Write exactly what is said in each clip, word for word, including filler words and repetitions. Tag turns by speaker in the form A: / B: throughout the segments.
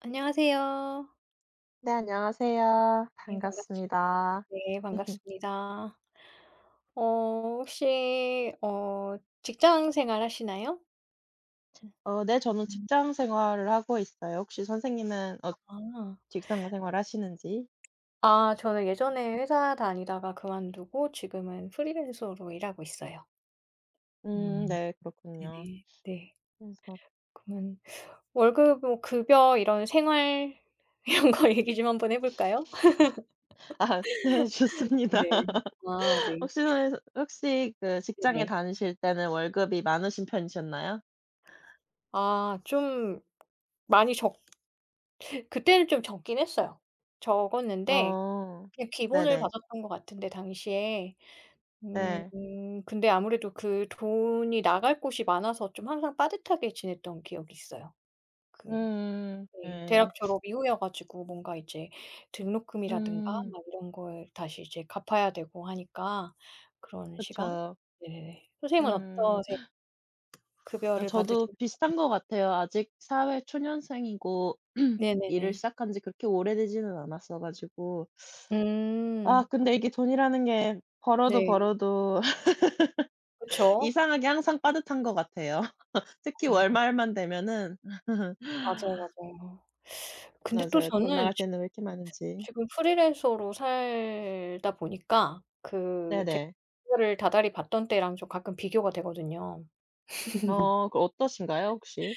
A: 안녕하세요.
B: 네, 안녕하세요.
A: 네 반갑습
B: 반갑습니다.
A: 네 반갑습니다. 어 혹시 어 직장 생활 하시나요? 음.
B: 어 네, 저는
A: 음.
B: 직장 생활을 하고 있어요. 혹시 선생님은 어
A: 아.
B: 직장 생활 하시는지?
A: 아 저는 예전에 회사 다니다가 그만두고 지금은 프리랜서로 일하고 있어요.
B: 음
A: 음.
B: 네, 그렇군요.
A: 네네. 네.
B: 그래서.
A: 그러면 월급 뭐 급여 이런 생활, 이런 거 얘기 좀 한번 해 볼까요?
B: 아 네, 좋습니다.
A: 네. 아 네.
B: 혹시 선 혹시 그 직장에
A: 네네.
B: 다니실 때는 월급이 많으신 편이셨나요?
A: 아 좀 많이 적 그때는 좀 적긴 했어요. 적었는데
B: 어.
A: 그냥 기본을
B: 네네.
A: 받았던 것 같은데 당시에. 음
B: 네.
A: 음, 근데 아무래도 그 돈이 나갈 곳이 많아서 좀 항상 빠듯하게 지냈던 기억이 있어요. 그
B: 음음
A: 네.
B: 네.
A: 대학 졸업 이후여 가지고 뭔가 이제 등록금이라든가
B: 음.
A: 막 이런 걸 다시 이제 갚아야 되고 하니까 그런 시간?
B: 그쵸.
A: 네네네. 선생님은
B: 음.
A: 어떠세요?
B: 어
A: 급여를
B: 저도
A: 받으시면.
B: 비슷한 것 같아요. 아직 사회 초년생이고 일을
A: 네네네.
B: 시작한 지 그렇게 오래되지는 않았어 가지고. 아
A: 음.
B: 근데 이게 돈이라는 게 벌어도
A: 네.
B: 벌어도
A: 그쵸.
B: 이상하게 항상 빠듯한 것 같아요. 특히
A: 맞아요.
B: 월말만 되면은.
A: 맞아요, 맞아요. 근데 또
B: 맞아요. 돈
A: 저는
B: 나갈
A: 지금
B: 때는 왜 이렇게 많은지.
A: 지금 프리랜서로 살다 보니까 그 제가
B: 네네.
A: 그거를 다달이 받던 때랑 좀 가끔 비교가 되거든요.
B: 어 그 어떠신가요 혹시?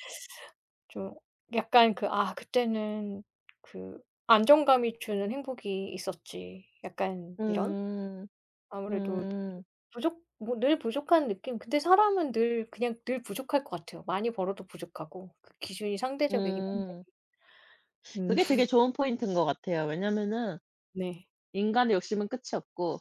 A: 좀 약간 그, '아 그때는 그 안정감이 주는 행복이 있었지.' 약간 이런?
B: 음.
A: 아무래도
B: 음.
A: 부족 뭐 늘 부족한 느낌. 근데 사람은 늘 그냥 늘 부족할 것 같아요. 많이 벌어도 부족하고. 그 기준이 상대적이긴 한데.
B: 음.
A: 음
B: 그게 되게 좋은 포인트인 것 같아요. 왜냐면은
A: 네.
B: 인간의 욕심은 끝이 없고.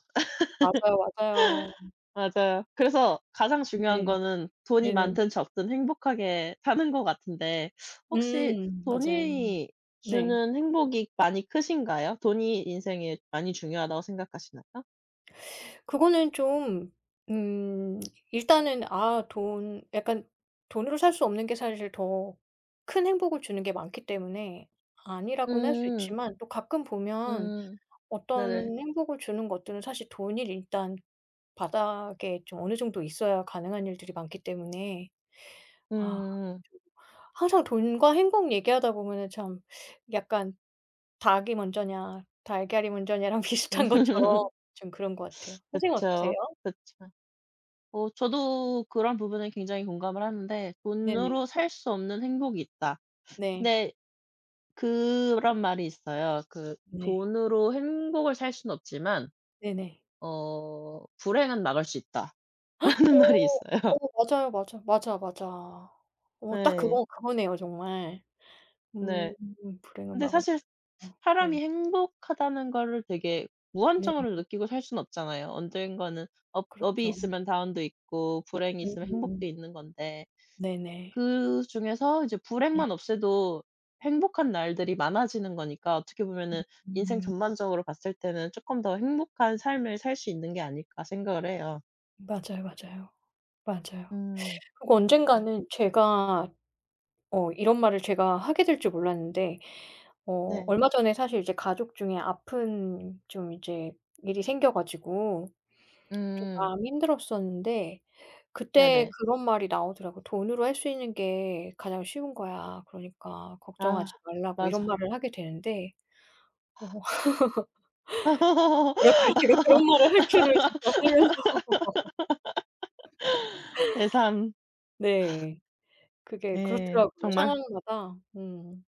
A: 맞아요, 맞아요.
B: 맞아요. 그래서 가장 중요한
A: 네.
B: 거는 돈이
A: 네네네.
B: 많든 적든 행복하게 사는 것 같은데, 혹시
A: 음 맞아요.
B: 돈이
A: 네.
B: 주는 행복이 많이 크신가요? 돈이 인생에 많이 중요하다고 생각하시나요?
A: 그거는 좀, 음, 일단은 아 돈 약간 돈으로 살 수 없는 게 사실 더 큰 행복을 주는 게 많기 때문에 아니라고는 할 수
B: 음.
A: 있지만, 또 가끔 보면
B: 음.
A: 어떤
B: 네네.
A: 행복을 주는 것들은 사실 돈이 일단 바닥에 좀 어느 정도 있어야 가능한 일들이 많기 때문에, 아
B: 음. 음.
A: 좀 항상 돈과 행복 얘기하다 보면은 참 약간 닭이 먼저냐 달걀이 먼저냐랑 비슷한 것처럼 좀 그런 것 같아요. 선생님 어떠세요?
B: 그쵸. 그쵸. 어 저도 그런 부분에 굉장히 공감을 하는데,
A: 네네.
B: "돈으로 살 수 없는 행복이 있다."
A: 네.
B: 근데 그런 말이 있어요. 그
A: 네.
B: "돈으로 행복을 살 수는 없지만
A: 네네.
B: 어 불행은 막을 수 있다."라는 말이
A: 어.
B: 있어요.
A: 어 맞아요, 맞아. 맞아, 맞아. 어 딱
B: 네,
A: 그거 그거네요 정말. 음
B: 네.
A: 불행은
B: 근데
A: 막을
B: 사실
A: 수 없다. 네.
B: 사람이 행복하다는 거를 되게
A: 네.
B: 무한정으로 느끼고 살 수는 없잖아요. 언젠가는 업 업이
A: 그렇죠.
B: 있으면 다운도 있고, 불행이 있으면
A: 음음.
B: 행복도 있는 건데,
A: 네네.
B: 그중에서 이제
A: 네.
B: 불행만 없애도 행복한 날들이 많아지는 거니까, 어떻게 보면은 '인생
A: 음.
B: 전반적으로 봤을 때는 쪼끔 더 행복한 삶을 살 수 있는 게 아닐까.' 생각을 해요.
A: 맞아요, 맞아요. 맞아요.
B: 음.
A: 그리고
B: 네.
A: 언젠가는 제가, 어 이런 말을 제가 하게 될 줄 몰랐는데, 어
B: 네.
A: 얼마 전에 사실 이제 가족 중에 아픈 좀 이제 일이 생겨 가지고 좀
B: 음.
A: 마음이 힘들었었는데, 그때
B: 네네.
A: 그런 말이 나오더라고요. "돈으로 할 수 있는 게 가장 쉬운 거야. 그러니까 걱정하지
B: 아
A: 말라."고 이런
B: 맞아요.
A: 말을 하게 되는데, 어 제가 그 제가 그런 말을 할 줄을 진짜 살면서.
B: 예산.
A: 네. 그게
B: 네
A: 그렇더라고요
B: 정말.
A: 상황마다. 음.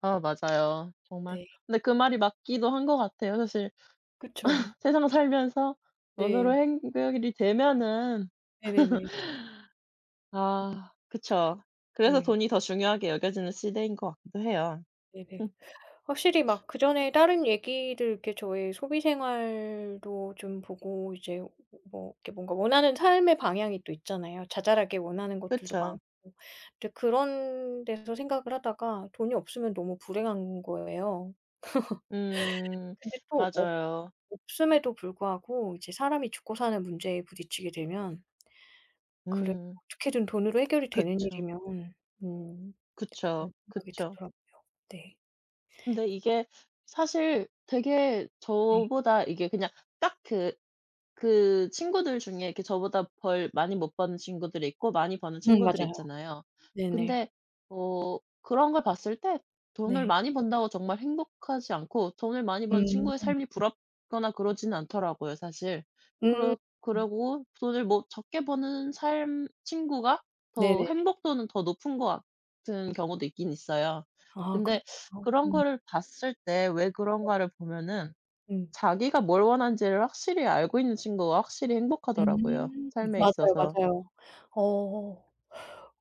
B: 아 맞아요. 정말.
A: 네.
B: 근데 그 말이 맞기도 한 것 같아요. 사실
A: 그쵸.
B: 세상 살면서 돈으로
A: 네.
B: 해결이 되면은.
A: 네네네.
B: 아 그쵸. 그래서
A: 네.
B: 돈이 더 중요하게 여겨지는 시대인 것 같기도 해요.
A: 네네. 확실히 막 그전에 다른 얘기들 이렇게 저의 소비 생활도 좀 보고 이제 뭐 이렇게 뭔가 원하는 삶의 방향이 또 있잖아요. 자잘하게 원하는 것들도
B: 그쵸.
A: 많고. 근데 그런 데서 생각을 하다가 돈이 없으면 너무 불행한 거예요.
B: 음
A: 근데 또 없
B: 맞아요.
A: 없음에도 불구하고 이제 사람이 죽고 사는 문제에 부딪히게 되면 그래도
B: 음
A: 어떻게든 돈으로 해결이 되는
B: 그쵸.
A: 일이면, 음,
B: 그쵸.
A: 그런 생각이
B: 그쵸.
A: 들더라고요. 네.
B: 근데 이게 사실 되게
A: 네.
B: 저보다 이게 그냥 딱그 그 친구들 중에 이렇게 저보다 벌 많이 못 버는 친구들이 있고 많이 버는
A: 음
B: 친구들이
A: 맞아요.
B: 있잖아요.
A: 네네.
B: 근데 그런 걸 봤을 때, 돈을
A: 네.
B: 많이 번다고 정말 행복하지 않고, 돈을 많이 버는
A: 음.
B: 친구의 삶이 부럽거나 그러지는 않더라고요, 사실.
A: 음.
B: 그러 그러고 돈을 뭐 적게 버는 삶 친구가 더
A: 네네네.
B: 행복도는 더 높은 것 같은 경우도 있긴 있어요.
A: 아
B: 근데
A: 그렇죠.
B: 그런
A: 음.
B: 거를 봤을 때 왜 그런가를 보면은,
A: 음.
B: 자기가 뭘 원하는지를 확실히 알고 있는 친구가 확실히 행복하더라고요,
A: 음.
B: 삶에
A: 맞아요,
B: 있어서.
A: 맞아요. 어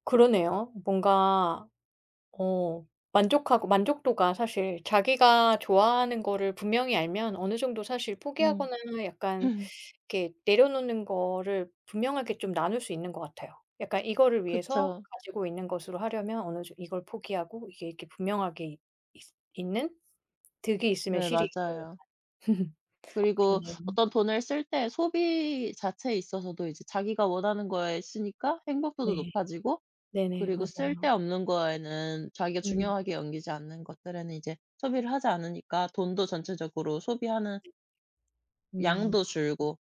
A: 그러네요. 뭔가 어 만족하고 만족도가 사실 자기가 좋아하는 거를 분명히 알면 어느 정도 사실
B: 음.
A: 포기하거나 약간 이렇게 내려놓는 거를 분명하게 좀 나눌 수 있는 것 같아요. 약간 이거를 위해서
B: 그쵸.
A: 가지고 있는 것으로 하려면 어느 정 이걸 포기하고 이게 이렇게 분명하게 있 있 있는, 득이 있으면
B: 네
A: 실이 있고
B: 맞아요.
A: 약간.
B: 그리고
A: 그러네요.
B: 어떤 돈을 쓸 때 소비 자체에 있어서도, 이제 자기가 원하는 거에 쓰니까 행복도도
A: 네.
B: 높아지고,
A: 네네.
B: 그리고
A: 맞아요.
B: 쓸데없는 거에는, 자기가
A: 음.
B: 중요하게 여기지 않는 것들에는 이제 소비를 하지 않으니까 돈도 전체적으로 소비하는
A: 음.
B: 양도 줄고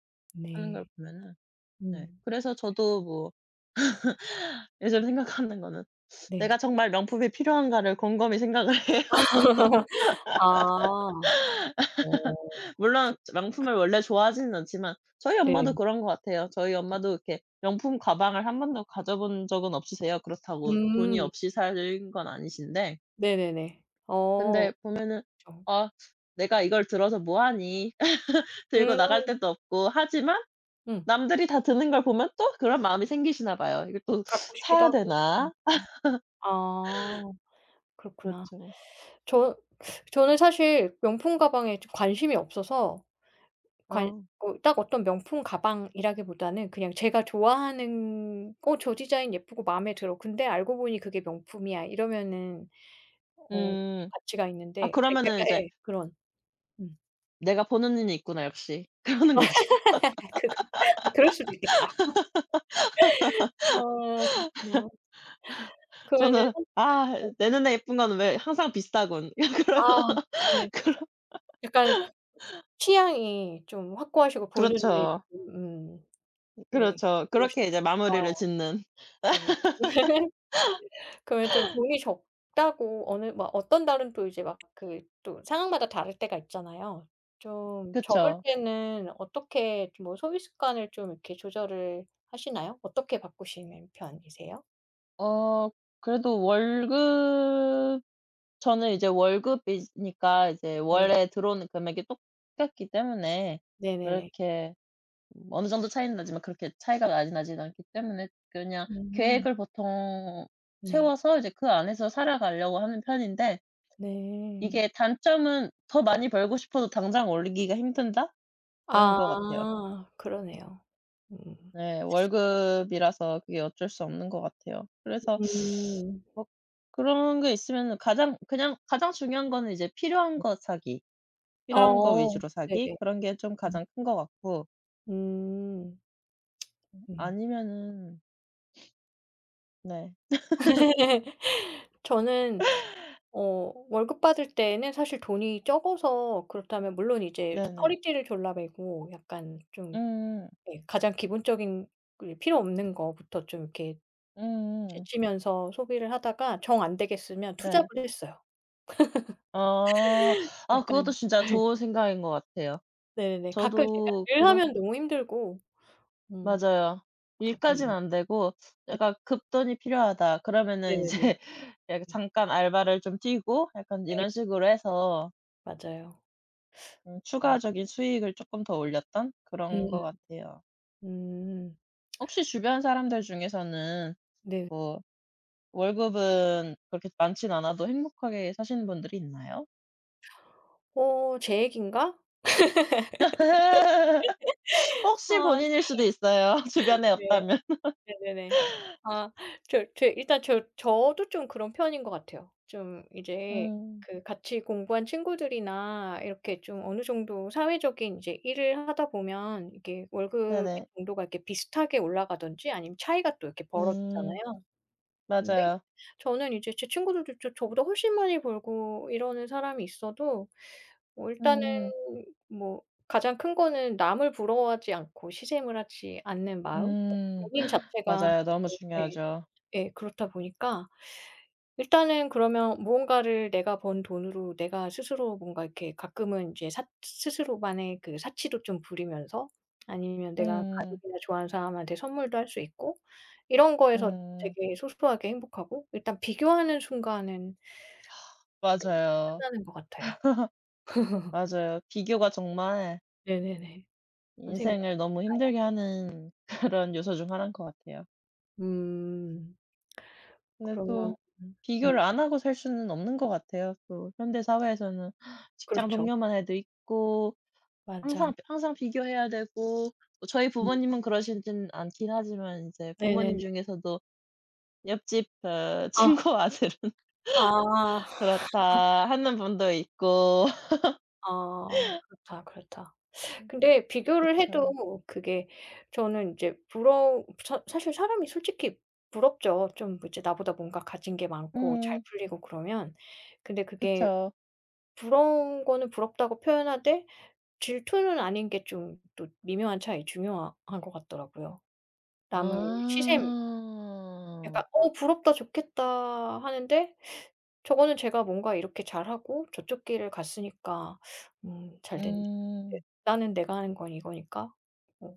B: 하는 걸
A: 네.
B: 보면은, 네
A: 음.
B: 그래서 저도 뭐 예전에 생각하는 거는,
A: 네.
B: 내가 정말 명품이 필요한가를 곰곰이 생각을 해요.
A: 아. 어.
B: 물론 명품을 원래 좋아하지는 않지만 저희
A: 네.
B: 엄마도 그런 것 같아요. 저희 엄마도 이렇게 명품 가방을 한 번도 가져본 적은 없으세요. 그렇다고 돈이
A: 음.
B: 없이 산 건 아니신데,
A: 네네네. 어.
B: 근데 보면은
A: 그쵸.
B: "아 내가 이걸 들어서 뭐 하니?" 들고 나갈
A: 음.
B: 데도 없고. 하지만
A: 음.
B: 남들이 다 드는 걸 보면 또 그런 마음이 생기시나 봐요. '이걸 또
A: 갖고 싶기도
B: 사야
A: 하고. 음.
B: 되나?'
A: 아. 그렇구나.
B: 그렇죠.
A: 저 저는 사실 명품 가방에 좀 관심이 없어서, 관
B: 어.
A: 어 딱 어떤 명품 가방이라기보다는 그냥 제가 좋아하는 '어 저 디자인 예쁘고 마음에 들어. 근데 알고 보니 그게 명품이야.' 이러면은, 어
B: 음.
A: 가치가
B: 아
A: 있는데. 아
B: 그러면은
A: 약간
B: 이제
A: 예 그런. 음.
B: '내가 버는 일이 있구나 역시.' 그러는 거죠.
A: 아 그거 아 그럴 수도 있겠다. 아 그렇구나. 그러면은
B: 저는 '아 내 눈에 예쁜 건 왜 항상 비싸군.'
A: 아
B: 그런
A: 네.
B: 그런
A: 약간 취향이 좀 확고하시고 본인의.
B: 그렇죠.
A: 음 네.
B: 그렇죠. 그렇게 이제
A: 그러시구나.
B: 마무리를
A: 아
B: 짓는.
A: 네. 그러면 좀 돈이 적다고 어느 막 어떤 달은 또 이제 막 그 또 상황마다 다를 때가 있잖아요. 좀 적을
B: 그쵸.
A: 때는 어떻게 좀 뭐 소비 습관을 좀 이렇게 조절을 하시나요? 어떻게 바꾸시는 편이세요?
B: 어 그래도 월급. 저는 이제 월급이니까 이제
A: 네네.
B: 월에 들어오는 금액이 똑같기 때문에,
A: 네네네.
B: 그렇게 어느 정도 차이는 나지만 그렇게 차이가 많이 나진 않기 때문에 그냥
A: 음.
B: 계획을 보통
A: 네.
B: 세워서 이제 그 안에서 살아가려고 하는 편인데,
A: 네.
B: 이게 단점은 '더 많이 벌고 싶어도 당장 올리기가 힘든다.' 그런
A: 아
B: 것 같아요.
A: 그러네요. 음.
B: 네. 월급이라서 그게 어쩔 수 없는 것 같아요. 그래서
A: 음.
B: 뭐 그런 게 있으면은 가장 그냥 가장 중요한 거는 이제 필요한 거 사기, 필요한 거
A: 어
B: 위주로 사기,
A: 네네.
B: 그런 게 좀
A: 음.
B: 가장 큰 것 같고,
A: 음.
B: 아니면은. 네.
A: 저는 어 월급 받을 때에는 사실 돈이 적어서 그렇다면 물론 이제
B: 네네.
A: 허리띠를 졸라매고 약간 좀
B: 음음.
A: 예 가장 기본적인 그 필요 없는 거부터 좀 이렇게
B: 음음.
A: 제치면서 소비를 하다가 정 안 되겠으면
B: 네.
A: 투잡을 했어요.
B: 아. 아 그것도
A: 약간
B: 진짜 좋은 생각인 것 같아요.
A: 네네네. 가끔 제가
B: 저도
A: 늘
B: 그런.
A: 하면 너무 힘들고 음
B: 맞아요. 일까지는
A: 가끔.
B: 안 되고
A: 네
B: 약간 '급돈이 필요하다.' 그러면은
A: 네네네.
B: 이제 약간
A: 네.
B: 잠깐 알바를 좀 뛰고 약간
A: 예
B: 이런 식으로 해서
A: 맞아요.
B: 음
A: 음.
B: 추가적인 수익을 조금 더 올렸던 그런 것 같아요.
A: 음.
B: 혹시 주변 사람들 중에서는
A: 네.
B: 뭐 월급은 그렇게 많진 않아도 행복하게 사시는 분들이 있나요?
A: 어 제 얘기인가?
B: 혹시
A: 아
B: 본인일 수도 있어요. 주변에
A: 네.
B: 없다면.
A: 네네네. 아 저 저 일단 저 저도 좀 그런 편인 것 같아요. 좀 이제
B: 음.
A: 그 같이 공부한 친구들이나 이렇게 좀 어느 정도 사회적인 이제 일을 하다 보면 이게 월급의
B: 네네.
A: 정도가 이렇게 비슷하게 올라가든지 아니면 차이가 또 이렇게
B: 음.
A: 벌어지잖아요. 근데
B: 맞아요.
A: 저는 이제 제 친구들도 저 저보다 훨씬 많이 벌고 이러는 사람이 있어도 뭐 일단은,
B: 음.
A: 뭐 가장 큰 거는 남을 부러워하지 않고 시샘을 하지 않는 마음.
B: 음.
A: 본인 자체가
B: 맞아요. 너무
A: 예 예.
B: 중요하죠.
A: 예. 그렇다 보니까 일단은 그러면 무언가를 내가 번 돈으로 내가 스스로 뭔가 이렇게 가끔은 이제 사 스스로만의 그 사치도 좀 부리면서 아니면 내가
B: 음.
A: 가족이나 좋아하는 사람한테 선물도 할 수 있고 이런 거에서
B: 음.
A: 되게 소소하게 행복하고, 일단 비교하는 순간은 그
B: 맞아요.
A: 끝나는 것 같아요.
B: 맞아요. 비교가 정말
A: 네네네. 선생님
B: 인생을 너무
A: 어떠신가요?
B: 힘들게 하는 그런 요소 중 하나인 것 같아요.
A: 음.
B: 근데
A: 그러면
B: 또
A: 음 음
B: 비교를 안 하고 살 수는 없는 것 같아요. 또 현대 사회에서는 직장
A: 그렇죠.
B: 동료만 해도 있고,
A: 맞아.
B: 항상 항상 비교해야 되고. 뭐 저희
A: 음
B: 부모님은 그러시진 않긴 하지만 이제 부모님
A: 네네네.
B: 중에서도 옆집 어,
A: 아.
B: 친구 아들은
A: 아.
B: 그렇다 하는 분도 있고.
A: 아 그렇다, 그렇다. 근데 비교를
B: 그쵸.
A: 해도 그게 저는 이제 부러사 사실 사람이 솔직히 부럽죠. 좀 이제 나보다 뭔가 가진 게 많고 잘
B: 음
A: 풀리고 그러면. 근데 그게
B: 그쵸.
A: 부러운 거는 부럽다고 표현하되, 질투는 아닌 게 좀 또 미묘한 차이 중요한 것 같더라고요. 남을 시샘
B: 아.
A: 약간 '어 부럽다. 좋겠다.' 하는데 저거는 제가 뭔가 이렇게 잘하고 저쪽 길을 갔으니까 음 잘 됐네. 네.
B: 음.
A: 나는 내가 하는 건 이거니까 뭐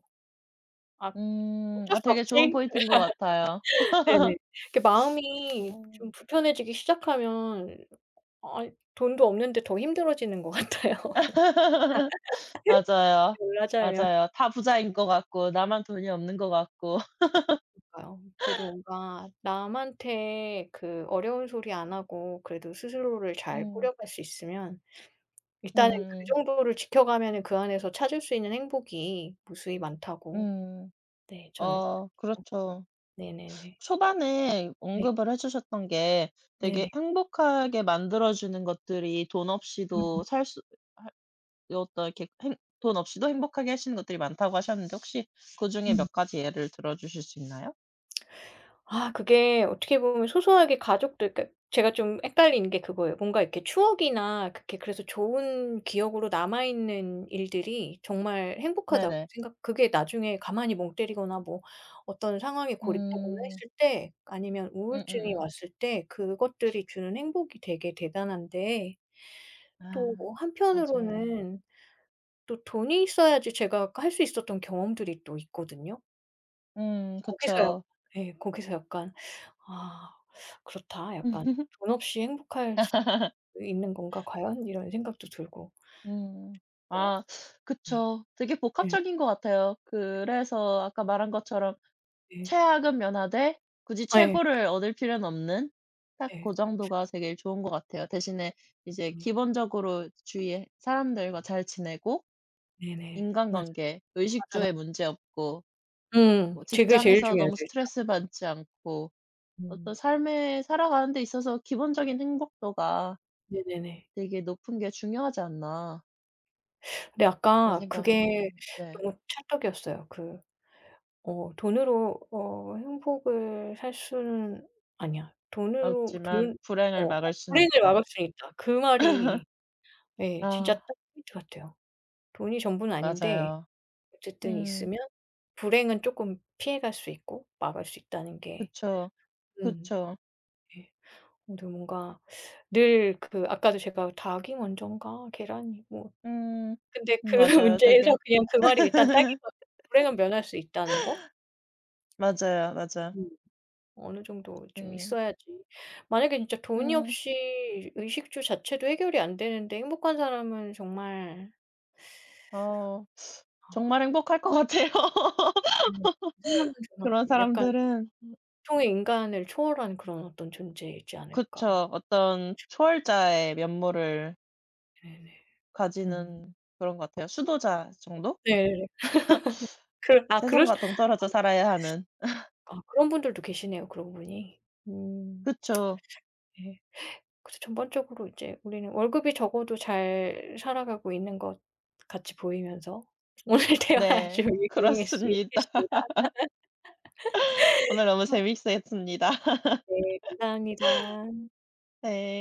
A: 아
B: 음.
A: 어쩔
B: 아
A: 수
B: 되게 좋은
A: 없지.
B: 포인트인 것 같아요.
A: 네네. 이렇게 마음이
B: 어.
A: 좀 불편해지기 시작하면 아이 돈도 없는데 더 힘들어지는 것 같아요.
B: 맞아요.
A: 비라자면
B: 맞아요. 다 부자인 것 같고 나만 돈이 없는 것 같고.
A: 그러니까요. 그래도 뭔가 남한테 그 어려운 소리 안 하고 그래도 스스로를 잘
B: 음.
A: 꾸려갈 수 있으면 일단은 그
B: 음.
A: 정도를 지켜가면은 그 안에서 찾을 수 있는 행복이 무수히 많다고,
B: 음.
A: 네, 저는
B: 어
A: 생각해요.
B: 그렇죠.
A: 네네네.
B: 초반에
A: 네.
B: 언급을 해 주셨던 게, 되게
A: 네네.
B: 행복하게 만들어 주는 것들이 돈
A: 음
B: 없이도 살수 어떤 이렇게 행 돈 없이도 행복하게 하시는 것들이 많다고 하셨는데, 혹시 그중에
A: 음.
B: 몇 가지 예를 들어 주실 수 있나요?
A: 아 그게 어떻게 보면 소소하게 가족들, 그러니까 제가 좀 헷갈리는 게 그거예요. 뭔가 이렇게 추억이나 그렇게 그래서 좋은 기억으로 남아 있는 일들이 정말 행복하다고
B: 네네.
A: 생각, 그게 나중에 가만히 멍 때리거나 뭐 어떤 상황에 고립되거나
B: 음.
A: 했을 때 아니면 우울증이
B: 음음음.
A: 왔을 때 그것들이 주는 행복이 되게 대단한데, 또
B: 아 맞아요.
A: 한편으로는 또 돈이 있어야지 제가 할 수 있었던 경험들이 또 있거든요.
B: 음
A: 거기서 약
B: 그쵸.
A: 예 거기서 약간 '아 그렇다. 약간 돈 없이 행복할 수 있는 건가 과연?' 이런 생각도 들고
B: 음.
A: 그래요.
B: 아
A: 네.
B: 그쵸. 되게
A: 예
B: 복합적인 것 같아요. 그래서 아까 말한 것처럼
A: 예.
B: 최악은 면하되 굳이
A: 예.
B: 최고를 얻을 필요는 없는 딱
A: 예.
B: 고 정도가 되게 좋은 것 같아요. 대신에 이제
A: 네.
B: 기본적으로 주위에 사람들과 잘 지내고,
A: 네네. 맞아.
B: 인간관계,
A: 맞아,
B: 의식주에
A: 맞아.
B: 문제 없고,
A: 음.
B: 뭐
A: 그게 제일
B: 직장에서
A: 중요하죠
B: 너무
A: 일단.
B: 스트레스 받지 않고, 어떤
A: 음.
B: 삶에 살아가는 데 있어서 기본적인 행복도가
A: 네네네.
B: 되게 높은 게 중요하지 않나,
A: 근데
B: 그런
A: 아까
B: 생각을 하게
A: 그게
B: 되네요. 네.
A: 너무 찰떡이었어요. 그 어 돈으로 어 행복을 살 수는 아니야. 돈으로
B: 없지만
A: 돈어
B: 불행을
A: 어,
B: 막을 수는
A: 불행을
B: 있다.
A: 막을 수는 있다. 그 말이 예. 진짜
B: 아
A: 딱 포인트 같아요. 돈이 전부는 아닌데
B: 맞아요.
A: 어쨌든
B: 음
A: 있으면 불행은 쪼끔 피해갈 수 있고 막을 수 있다는 게
B: 그쵸.
A: 음
B: 그쵸.
A: 예. 근데 뭔가 늘 그 아까도 제가 닭이 먼전가 계란이 뭐,
B: 음.
A: 근데
B: 음
A: 그
B: 맞아요.
A: 문제에서
B: 되게
A: 그냥 그 말이 일단 딱이거든요. 불행은 면할 수 있다는 거?
B: 맞아요, 맞아.
A: 음. 어느 정도 좀
B: 네.
A: 있어야지. 만약에 진짜 돈이
B: 음.
A: 없이 의식주 자체도 해결이 안 되는데 행복한 사람은 정말
B: 어
A: 아
B: 정말 행복할 것 같아요.
A: 네. 그 사람은 정말
B: 그런
A: 그 약간
B: 사람들은.
A: 보통의 인간을 초월한 그런 어떤 존재이지 않을까.
B: 그쵸. 어떤 초월자의 면모를
A: 네네. 음.
B: 가지는 그런 것 같아요. 수도자 정도?
A: 네네네. 그 아 그러시
B: 세상과
A: 아
B: 동떨어져 살아야 하는.
A: 아 그런 분들도 계시네요, 그러고 보니. 음
B: 그쵸.
A: 예. 그래서 전반적으로 이제 우리는 월급이 적어도 잘 살아가고 있는 것 같이 보이면서 오늘 대화 아주
B: 네.
A: 유용했으 했
B: 그렇습니다.
A: 습니다
B: 오늘 너무 재밌었습니다.
A: 네 감사합니다.
B: 네.